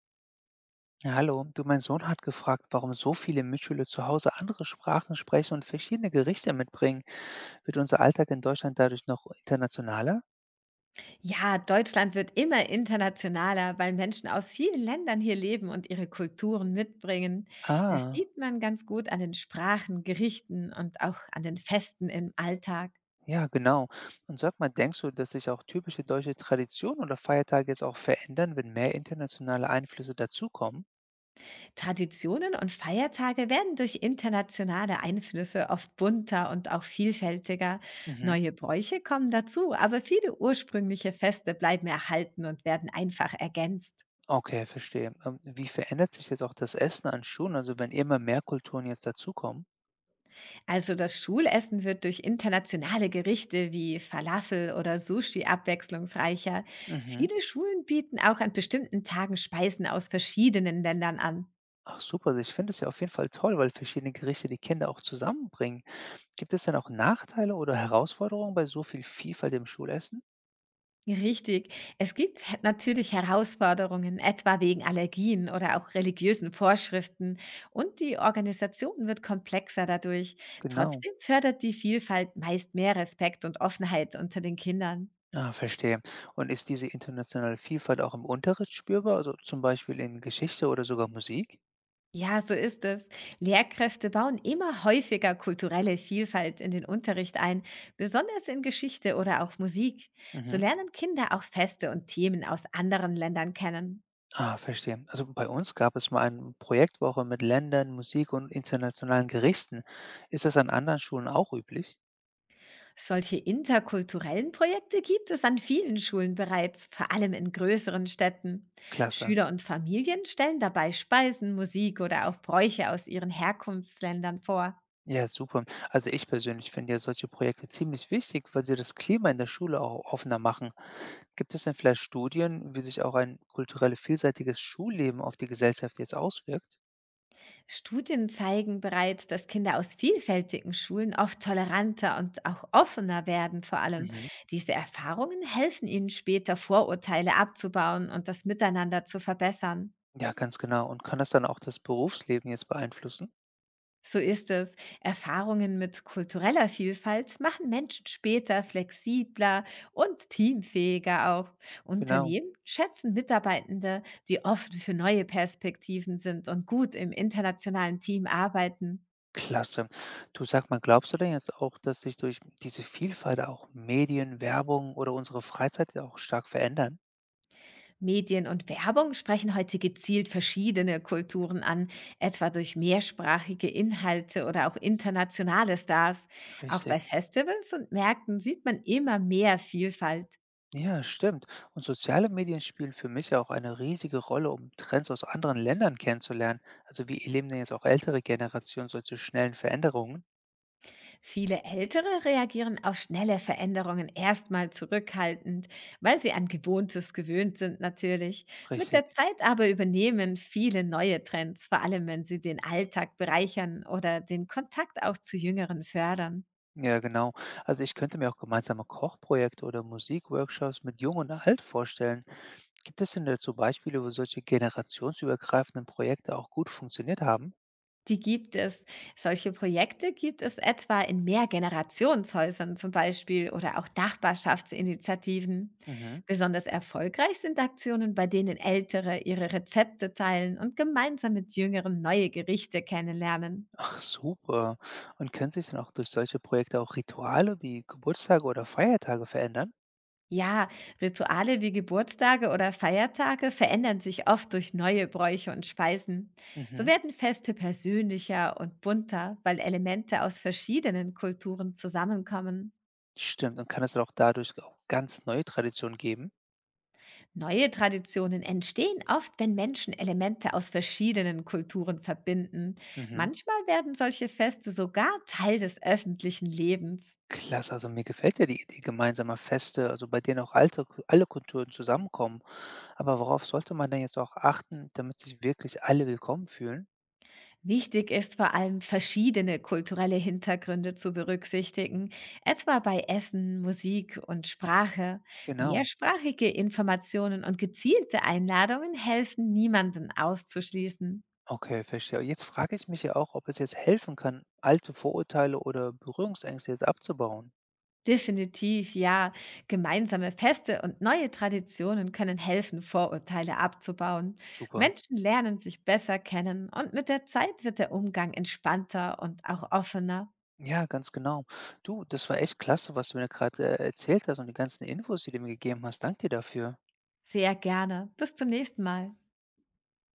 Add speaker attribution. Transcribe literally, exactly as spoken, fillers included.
Speaker 1: Ja, hallo, du, mein Sohn hat gefragt, warum so viele Mitschüler zu Hause andere Sprachen sprechen und verschiedene Gerichte mitbringen. Wird unser Alltag in Deutschland dadurch noch internationaler?
Speaker 2: Ja, Deutschland wird immer internationaler, weil Menschen aus vielen Ländern hier leben und ihre Kulturen mitbringen. Das
Speaker 1: Ah,
Speaker 2: sieht man ganz gut an den Sprachen, Gerichten und auch an den Festen im Alltag.
Speaker 1: ja, genau. Und sag mal, denkst du, dass sich auch typische deutsche Traditionen oder Feiertage jetzt auch verändern, wenn mehr internationale Einflüsse dazukommen?
Speaker 2: Traditionen und Feiertage werden durch internationale Einflüsse oft bunter und auch vielfältiger.
Speaker 1: Mhm.
Speaker 2: Neue Bräuche kommen dazu, aber viele ursprüngliche Feste bleiben erhalten und werden einfach ergänzt.
Speaker 1: Okay, verstehe. Ähm, Wie verändert sich jetzt auch das Essen an Schulen, also wenn immer mehr Kulturen jetzt dazukommen?
Speaker 2: Also das Schulessen wird durch internationale Gerichte wie Falafel oder Sushi abwechslungsreicher.
Speaker 1: Mhm.
Speaker 2: Viele Schulen bieten auch an bestimmten Tagen Speisen aus verschiedenen Ländern an.
Speaker 1: Ach super, also ich finde es ja auf jeden Fall toll, weil verschiedene Gerichte die Kinder auch zusammenbringen. Gibt es denn auch Nachteile oder Herausforderungen bei so viel Vielfalt im Schulessen?
Speaker 2: Richtig. Es gibt he- natürlich Herausforderungen, etwa wegen Allergien oder auch religiösen Vorschriften. Und die Organisation wird komplexer dadurch.
Speaker 1: Genau.
Speaker 2: Trotzdem fördert die Vielfalt meist mehr Respekt und Offenheit unter den Kindern.
Speaker 1: Ah, verstehe. Und ist diese internationale Vielfalt auch im Unterricht spürbar, also zum Beispiel in Geschichte oder sogar Musik?
Speaker 2: Ja, so ist es. Lehrkräfte bauen immer häufiger kulturelle Vielfalt in den Unterricht ein, besonders in Geschichte oder auch Musik. So
Speaker 1: Mhm.
Speaker 2: lernen Kinder auch Feste und Themen aus anderen Ländern kennen.
Speaker 1: Ah, verstehe. Also bei uns gab es mal eine Projektwoche mit Ländern, Musik und internationalen Gerichten. Ist das an anderen Schulen auch üblich?
Speaker 2: Solche interkulturellen Projekte gibt es an vielen Schulen bereits, vor allem in größeren Städten.
Speaker 1: Klasse.
Speaker 2: Schüler und Familien stellen dabei Speisen, Musik oder auch Bräuche aus ihren Herkunftsländern vor.
Speaker 1: Ja, super. Also ich persönlich finde ja solche Projekte ziemlich wichtig, weil sie das Klima in der Schule auch offener machen. Gibt es denn vielleicht Studien, wie sich auch ein kulturell vielseitiges Schulleben auf die Gesellschaft jetzt auswirkt?
Speaker 2: Studien zeigen bereits, dass Kinder aus vielfältigen Schulen oft toleranter und auch offener werden, vor allem.
Speaker 1: Mhm.
Speaker 2: Diese Erfahrungen helfen ihnen später, Vorurteile abzubauen und das Miteinander zu verbessern.
Speaker 1: Ja, ganz genau. Und kann das dann auch das Berufsleben jetzt beeinflussen?
Speaker 2: So ist es. Erfahrungen mit kultureller Vielfalt machen Menschen später flexibler und teamfähiger auch.
Speaker 1: Genau.
Speaker 2: Unternehmen schätzen Mitarbeitende, die offen für neue Perspektiven sind und gut im internationalen Team arbeiten.
Speaker 1: Klasse. Du sag mal, glaubst du denn jetzt auch, dass sich durch diese Vielfalt auch Medien, Werbung oder unsere Freizeit auch stark verändern?
Speaker 2: Medien und Werbung sprechen heute gezielt verschiedene Kulturen an, etwa durch mehrsprachige Inhalte oder auch internationale Stars. Auch bei
Speaker 1: Richtig.
Speaker 2: Festivals und Märkten sieht man immer mehr Vielfalt.
Speaker 1: Ja, stimmt. Und soziale Medien spielen für mich ja auch eine riesige Rolle, um Trends aus anderen Ländern kennenzulernen. Also wie erleben denn jetzt auch ältere Generationen solche schnellen Veränderungen?
Speaker 2: Viele Ältere reagieren auf schnelle Veränderungen erstmal zurückhaltend, weil sie an Gewohntes gewöhnt sind natürlich. Mit
Speaker 1: Richtig.
Speaker 2: der Zeit aber übernehmen viele neue Trends, vor allem wenn sie den Alltag bereichern oder den Kontakt auch zu Jüngeren fördern.
Speaker 1: Ja, genau. Also ich könnte mir auch gemeinsame Kochprojekte oder Musikworkshops mit Jung und Alt vorstellen. Gibt es denn dazu Beispiele, wo solche generationsübergreifenden Projekte auch gut funktioniert haben?
Speaker 2: Die gibt es. Solche Projekte gibt es etwa in Mehrgenerationshäusern zum Beispiel oder auch Nachbarschaftsinitiativen.
Speaker 1: Mhm.
Speaker 2: Besonders erfolgreich sind Aktionen, bei denen Ältere ihre Rezepte teilen und gemeinsam mit Jüngeren neue Gerichte kennenlernen.
Speaker 1: Ach, super. Und können sich dann auch durch solche Projekte auch Rituale wie Geburtstage oder Feiertage verändern?
Speaker 2: Ja, Rituale wie Geburtstage oder Feiertage verändern sich oft durch neue Bräuche und Speisen. So
Speaker 1: Mhm.
Speaker 2: werden Feste persönlicher und bunter, weil Elemente aus verschiedenen Kulturen zusammenkommen.
Speaker 1: Stimmt. Und kann es dann auch dadurch auch ganz neue Traditionen geben?
Speaker 2: Neue Traditionen entstehen oft, wenn Menschen Elemente aus verschiedenen Kulturen verbinden.
Speaker 1: Mhm.
Speaker 2: Manchmal werden solche Feste sogar Teil des öffentlichen Lebens.
Speaker 1: Klasse, also mir gefällt ja die Idee gemeinsamer Feste, also bei denen auch alte, alle Kulturen zusammenkommen. Aber worauf sollte man denn jetzt auch achten, damit sich wirklich alle willkommen fühlen?
Speaker 2: Wichtig ist vor allem, verschiedene kulturelle Hintergründe zu berücksichtigen, etwa bei Essen, Musik und Sprache.
Speaker 1: Genau.
Speaker 2: Mehrsprachige Informationen und gezielte Einladungen helfen, niemanden auszuschließen.
Speaker 1: Okay, verstehe. Jetzt frage ich mich ja auch, ob es jetzt helfen kann, alte Vorurteile oder Berührungsängste jetzt abzubauen.
Speaker 2: Definitiv, ja. Gemeinsame Feste und neue Traditionen können helfen, Vorurteile abzubauen.
Speaker 1: Super.
Speaker 2: Menschen lernen sich besser kennen und mit der Zeit wird der Umgang entspannter und auch offener.
Speaker 1: Ja, ganz genau. Du, das war echt klasse, was du mir gerade äh, erzählt hast und die ganzen Infos, die du mir gegeben hast. Dank dir dafür.
Speaker 2: Sehr gerne. Bis zum nächsten Mal.